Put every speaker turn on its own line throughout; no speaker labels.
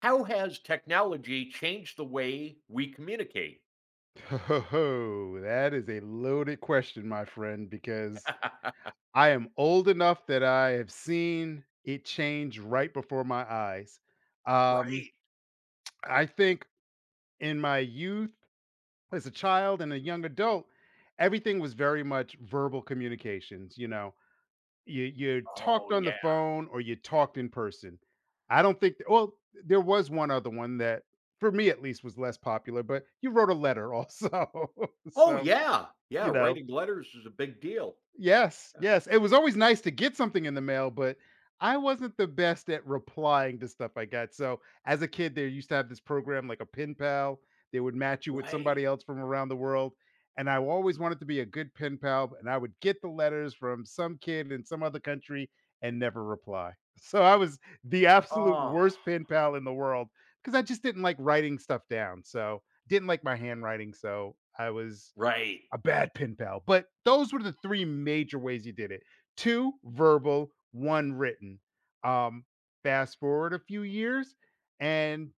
How has technology changed the way we communicate?
Oh, that is a loaded question, my friend, because I am old enough that I have seen it change right before my eyes. Um,
Right.
I think in my youth, as a child and a young adult, everything was very much verbal communications. You talked
Oh,
on the
yeah.
phone or you talked in person. I don't think. Well, there was one other one that, for me at least, was less popular, but you wrote a letter also.
Oh,
So,
yeah. Yeah,
you know
writing letters is a big deal.
yes,
Yeah.
yes. It was always nice to get something in the mail, but I wasn't the best at replying to stuff I got. So as a kid, they used to have this program like a pen pal. They would match you with
Right.
somebody else from around the world. And I always wanted to be a good pen pal, and I would get the letters from some kid in some other country and never reply. So I was the absolute
Oh,
worst pen pal in the world because I just didn't like writing stuff down. So didn't like my handwriting. So I was
right.
a bad pen pal. But those were the three major ways he did it: two verbal, one written. Um, fast forward a few years, and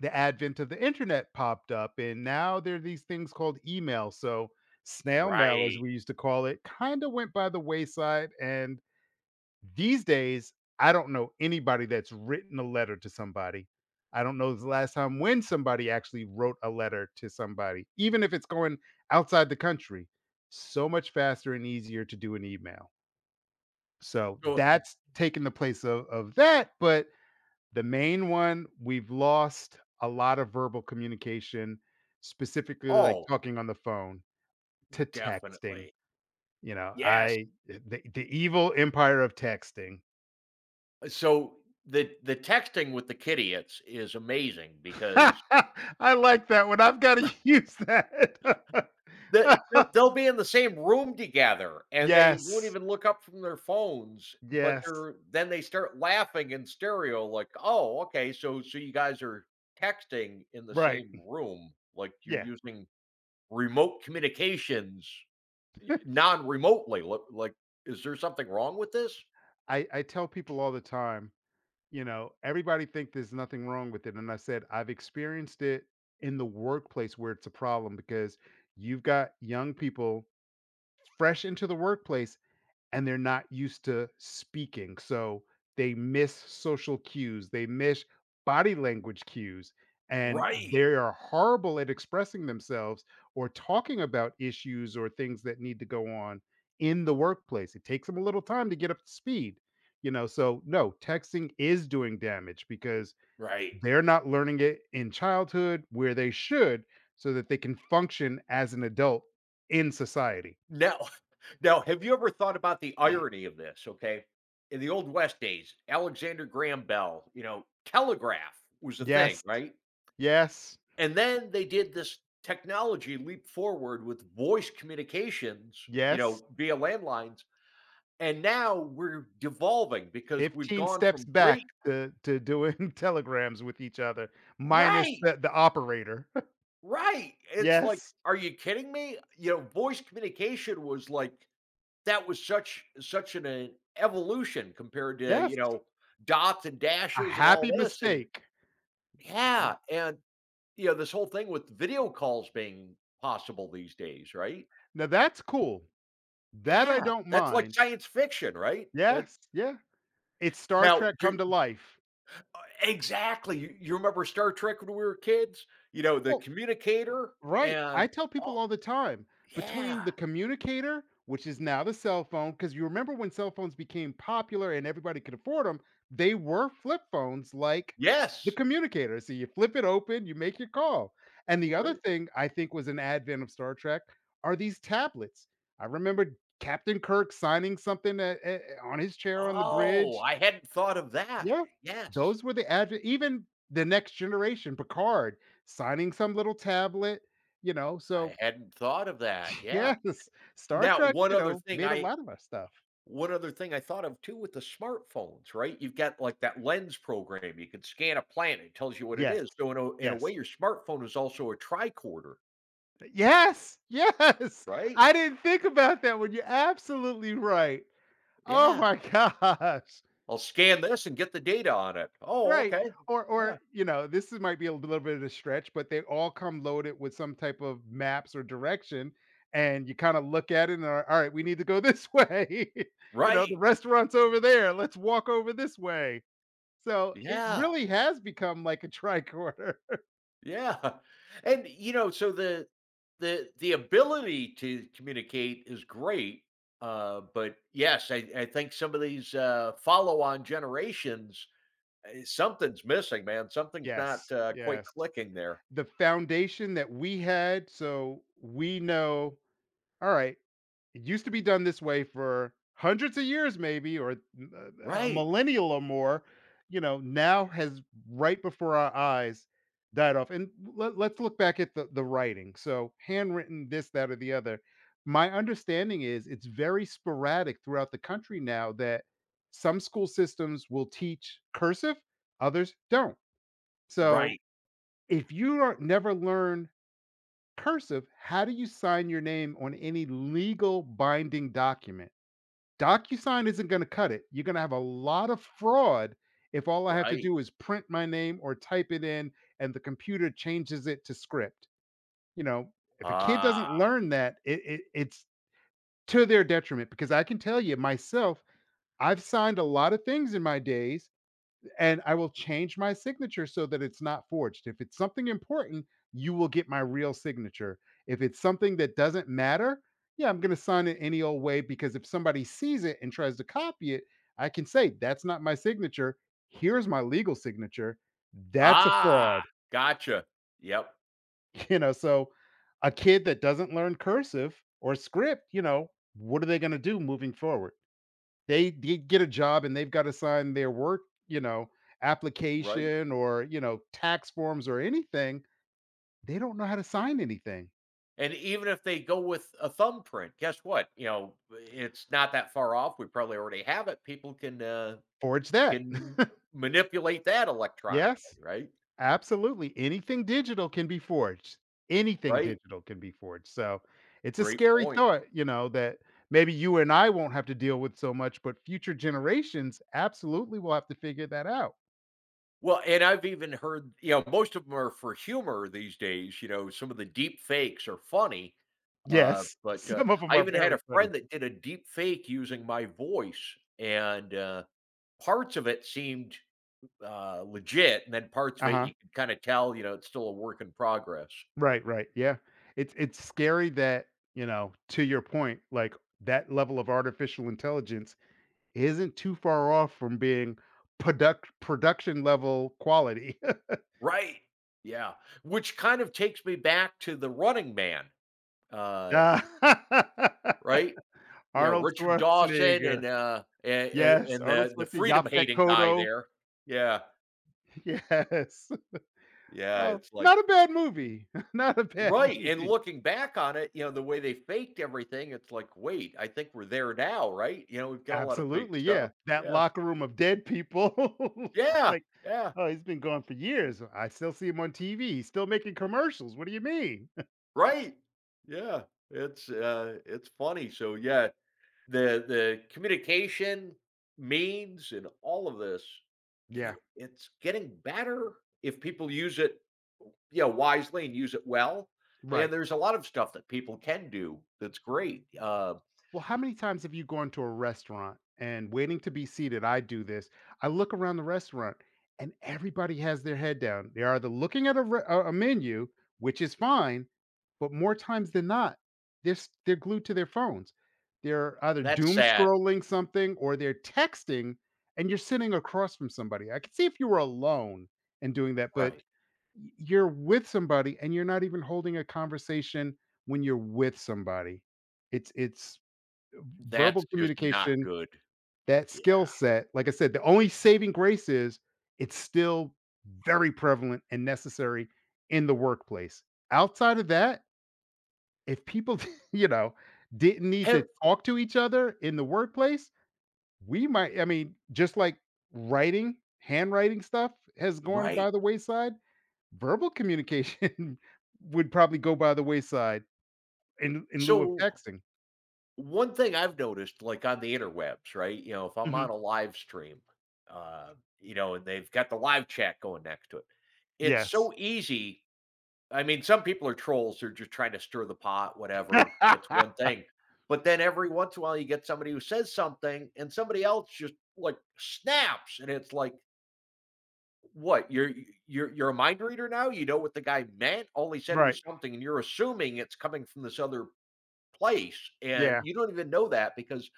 the advent of the internet popped up, and now there are these things called email. So snail mail, as
Right.
we used to call it, kind of went by the wayside, and these days, I don't know anybody that's written a letter to somebody. I don't know the last time when somebody actually wrote a letter to somebody, even if it's going outside the country. So much faster and easier to do an email. So
So
that's taken the place of that. But the main one, we've lost a lot of verbal communication, specifically like
Oh.
talking on the phone to texting.
Definitely.
You know,
Yes.
I the, the evil empire of texting.
So the texting with the kitty it's is amazing because
I like that one. I've got to use that.
that they'll be in the same room together, and they won't
Yes.
even look up from their phones, but
Yes.
they start laughing in stereo like, "Oh, okay, so you guys are texting in the
Right.
same room, like, you're
Yeah.
using remote communications non-remotely, look like, is there something wrong with this?"
I tell people all the time, everybody think there's nothing wrong with it. And I said, I've experienced it in the workplace where it's a problem because you've got young people fresh into the workplace and they're not used to speaking. So they miss social cues, they miss body language cues, and
Right,
they are horrible at expressing themselves or talking about issues or things that need to go on in the workplace. It takes them a little time to get up to speed. So, no, texting is doing damage because
right.
they're not learning it in childhood where they should so that they can function as an adult in society.
Now now, have you ever thought about the irony of this, okay? In the Old West days, Alexander Graham Bell, you know, telegraph was a thing,
Yes,
right?
yes.
And then they did this technology leap forward with voice communications, you
Yes,
know, via landlines, and now we're devolving because we've
15
gone
steps
from
back
great.
to doing telegrams with each other, minus
Right,
the operator.
right. It's like,
Yes,
"Are you kidding me?" You know, voice communication was like that was such an, evolution compared to, you
yes,
know, dots and
a
dashes and all
happy
this, and
mistake.
yeah, and, you know, this whole thing with video calls being possible these days, right?
Now that's cool. That I
Yeah,
don't
that's like
mind.
science fiction, right? that
Yes, yeah. It's Star
now
Trek
do
come to life.
Exactly, you remember Star Trek when we were kids? You know, the
Well.
communicator
Right.
and
I tell
oh,
people all the time
yeah.
between the communicator, which is now the cell phone, because you remember when cell phones became popular and everybody could afford them, they were flip phones like the
Yes,
communicator. So you flip it open, you make your call. And the other
right.
thing I think was an advent of Star Trek are these tablets. I remember Captain Kirk signing something on his chair on the
Oh,
bridge.
I hadn't thought of that.
Yeah,
Yes,
those were the adve even the next generation, Picard signing some little tablet,
I
so
hadn't thought of that, yeah.
yes, Star
Now,
Trek,
one other thing
made a
I
lot of our stuff.
one other thing I thought of too with the smartphones, right? You've got like that lens program. You can scan a planet, it tells you what it
Yes,
is. So in a way,
yes,
your smartphone is also a tricorder,
yes, yes!
right?
I didn't think about that when you're absolutely right. Oh
Yeah.
my gosh.
I'll scan this and get the data on it. Oh,
Right.
okay.
Or
Yeah.
or, this is might be a little bit of a stretch, but they all come loaded with some type of maps or direction, and you kinda look at it and are, "Alright, we need to go this way." "The
Right.
restaurant's over there. Let's walk over this way." So, it
Yeah.
really has become like a tricorder.
Yeah. And you know, so the ability to communicate is great. But yes, I think some of these follow-on generations, eh, something's missing, man. Something's not,
Yes,
quite
yes.
clicking there.
The foundation that we had, so we know, "Alright, it used to be done this way for hundreds of years, maybe, or a
Right.
millennial or more. Now has right before our eyes died off. And let's look back at the writing. So, handwritten, this, that, or the other. My understanding is it's very sporadic throughout the country now that some school systems will teach cursive, others don't. So,
Right.
if you don't, never learn cursive, how do you sign your name on any legal binding document? DocuSign isn't going to cut it. You're going to have a lot of fraud if all I have to
Right.
do is print my name or type it in and the computer changes it to script. You know, if a kid doesn't
Ah.
learn that, it's to their detriment because I can tell you myself, I've signed a lot of things in my days and I will change my signature so that it's not forged. If it's something important, you will get my real signature. If it's something that doesn't matter, yeah, I'm going to sign it any old way because if somebody sees it and tries to copy it, I can say, that's not my signature. Here's my legal signature. That's a
Ah!
fraud.
Gotcha. Yep.
So a kid that doesn't learn cursive or script, what are they going to do moving forward? They get a job and they've got to sign their work, you know,
Right.
application or tax forms or anything, they don't know how to sign anything.
And even if they go with a thumbprint, guess what? You know, it's not that far off. We probably already have it. People
Forge that.
can manipulate that electronically,
Yes,
right?
absolutely. Anything digital can be forged. Anything
Right.
digital can be forged. So, it's a
Great
scary
point.
thought, that maybe you and I won't have to deal with so much, but future generations absolutely will have to figure that out.
Well, and I've even heard, you know, most of them are for humor these days, you know, some of the deep fakes are funny. Uh,
Yes,
but, uh,
some of them
I
are
even had
very
a
funny.
friend that did a deep fake using my voice, and, parts of it seemed, legit, and then parts of it
Uh-huh.
you could kinda tell, you know, it's still a work in progress.
Right, right. Yeah. It's scary that, to your point, like that level of artificial intelligence isn't too far off from being production level quality.
Right. Yeah, which kind of takes me back to The Running Man, uh,
Yeah.
right? You know,
Arnold
Richard Dawson
Schwarzenegger.
and and
Yes,
and the
Arnold
the
Schwarzenegger,
freedom
Yaphet
hating guy
Kotto.
there. Yeah.
Yes.
Yeah,
Oh,
it's like
not a bad movie. Not a bad
right, and
movie.
looking back on it, you know, the way they faked everything, it's like, "Wait, I think we're there now," right? You know, we've got a lot of fake
Absolutely,
stuff.
yeah. That
Yeah.
locker room of dead people. It's just
Yeah,
like,
yeah,
"Oh, he's been gone for years. I still see him on TV. He's still making commercials. What do you mean?"
right. Yeah, it's funny, so, yeah, the communication, means and all of this, you
Yeah,
know, it's getting better if people use it, you know, wisely and use it well, and
right.
there's a lot of stuff that people can do that's great,
Well, how many times have you gone to a restaurant and waiting to be seated? I do this. I look around the restaurant and everybody has their head down. They are either looking at a, re- a menu, which is fine, but more times than not, they're glued to their phones. They're either
that's
doom
sad.
scrolling something or they're texting, and you're sitting across from somebody. I could see if you were alone and doing that, but
Right.
you're with somebody and you're not even holding a conversation when you're with somebody, it's.
That's
Verbal
just not
communication,
good.
that skill
Yeah.
set, like I said, the only saving grace is it's still very prevalent and necessary in the workplace. Outside of that, if people, you know, didn't need to
Ev
talk to each other in the workplace, we might, I mean, just like writing, handwriting stuff has gone
right.
by the wayside, verbal communication would probably go by the wayside in lieu of
So,
texting.
one thing I've noticed, like, on the interwebs, right, you know, if I'm on
Mhm.
a live stream, uh, you know, and they've got the live chat going next to it, it's so
Yes.
easy. I mean, some people are trolls, they're just trying to stir the pot, whatever, that's one thing, but then every once in a while, you get somebody who says something, and somebody else just, like, snaps, and it's like, what, you're a mind reader now? You know what the guy meant? All he said
Right.
was something, and you're assuming it's coming from this other place, and
Yeah.
you don't even know that because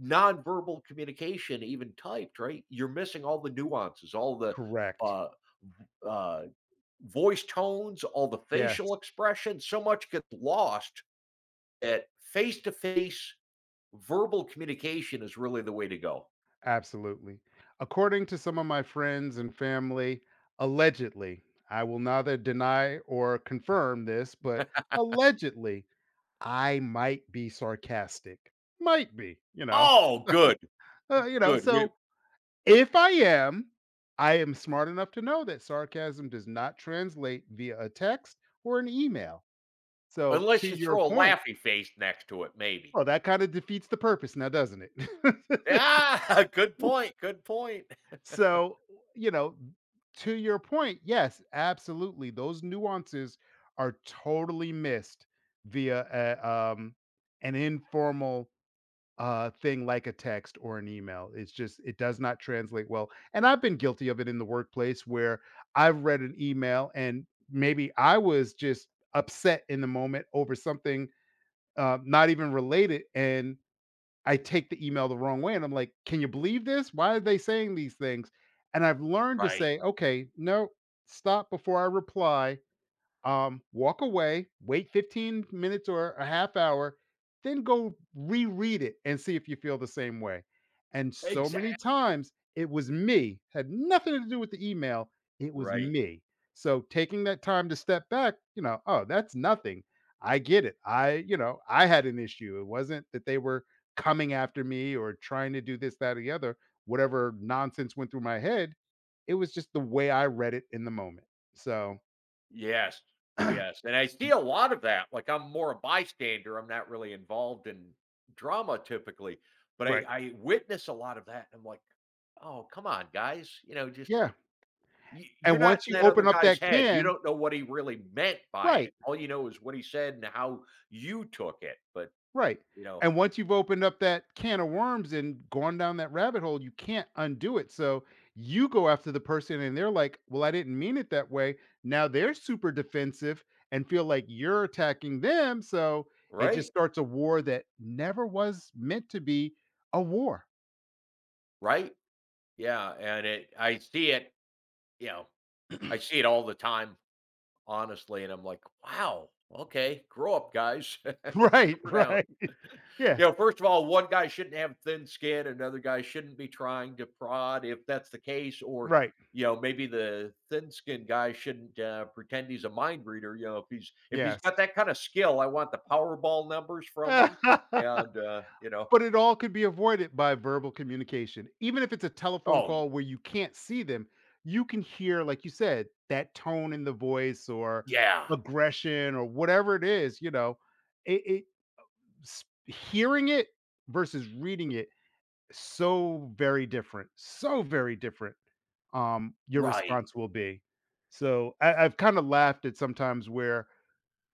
nonverbal communication, even typed, right? You're missing all the nuances, all the,
Correct.
uh uh, voice tones, all the
Yes,
facial expressions, so much gets lost at face-to-face. Verbal communication is really the way to go.
absolutely. According to some of my friends and family, allegedly, I will neither deny or confirm this, but allegedly, I might be sarcastic. Might be.
Oh, good,
So,
good, we
so if I am, I am smart enough to know that sarcasm does not translate via a text or an email. So, to
unless you
your
throw a
point,
laughy face next to it, maybe.
well, that kind of defeats the purpose now, doesn't it?
Yeah, good point, good point.
So, you know, to your point, yes, absolutely. Those nuances are totally missed via an informal thing like a text or an email. It's just, it does not translate well. And I've been guilty of it in the workplace where I've read an email and maybe I was just upset in the moment over something not even related. And I take the email the wrong way, and I'm like, "Can you believe this? Why are they saying these things?" And I've learned to
Right.
say, "Okay, no, stop before I reply." Walk away, wait 15 minutes or a half hour, then go reread it and see if you feel the same way. And so
Exactly.
many times it was me, had nothing to do with the email. It was
Right.
me. So taking that time to step back, oh, that's nothing. I get it. I had an issue. It wasn't that they were coming after me or trying to do this, that, or the other, whatever nonsense went through my head. It was just the way I read it in the moment. So.
Yes, yes, and I see a lot of that, like, I'm more a bystander, I'm not really involved in drama typically, but I
Right.
I witness a lot of that, and I'm like, "Oh, come on, guys," you know, just
Yeah.
you're
And
not
once
in
you
that
open
other
up
guy's
that
head, you
can.
don't know what he really meant by it,
Right,
all you know is what he said and how you took it, but,
right.
you know,
And once you've opened up that can of worms and gone down that rabbit hole, you can't undo it, so you go after the person and they're like, "Well, I didn't mean it that way." Now they're super defensive and feel like you're attacking them, so it just
right,
starts a war that never was meant to be a war.
right? Yeah, and it I see it, you know, I see it all the time. Honestly, and I'm like, "Wow, okay, grow up, guys.
Right,
Simmer down."
right. Yeah,
You know, first of all, one guy shouldn't have thin skin, another guy shouldn't be trying to prod if that's the case, or,
right.
you know, maybe the thin-skinned guy shouldn't, pretend he's a mind reader, you know, if he's
Yes.
got that kinda skill, I want the Powerball numbers from him, and, you know,
But it all could be avoided by verbal communication. Even if it's a telephone
"Oh,
call where you can't see them, you can hear, like you said, that tone in the voice or
yeah,
aggression or whatever it is, it, it hearing it versus reading it so very different, so very different. Your
right.
response will be. So I've kind of laughed at sometimes where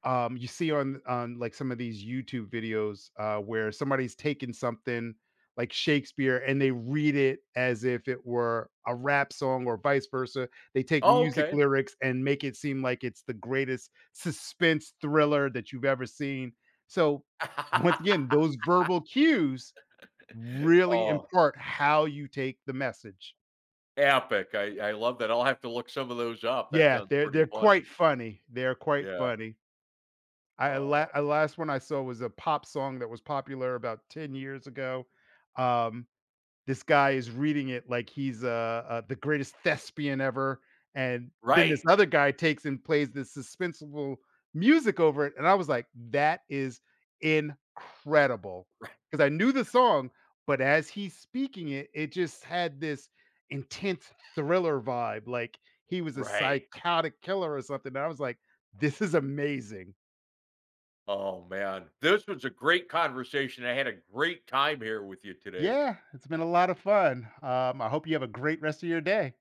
you see on like some of these YouTube videos where somebody's taken something like Shakespeare and they read it as if it were a rap song or vice versa. They take
Oh,
music
okay."
lyrics and make it seem like it's the greatest suspense thriller that you've ever seen. So once again, those verbal cues really
Oh.
impart how you take the message.
Epic. I love that. I'll have to look some of those up. That
Yeah,
sounds
they're
pretty
they're
funny.
quite funny. They're quite
Yeah.
funny.
Oh,
I last one I saw was a pop song that was popular about 10 years ago. Um, this guy is reading it like he's, the greatest thespian ever, and then
right.
this other guy takes and plays this suspenseful music over it, and I was like, "That is incredible
Right.
because I knew the song, but as he's speaking it, it just had this intense thriller vibe, like he was a
Right.
psychotic killer or something, and I was like, "This is amazing."
Oh, man. This was a great conversation. I had a great time here with you today.
Yeah, it's been a lot of fun. I hope you have a great rest of your day.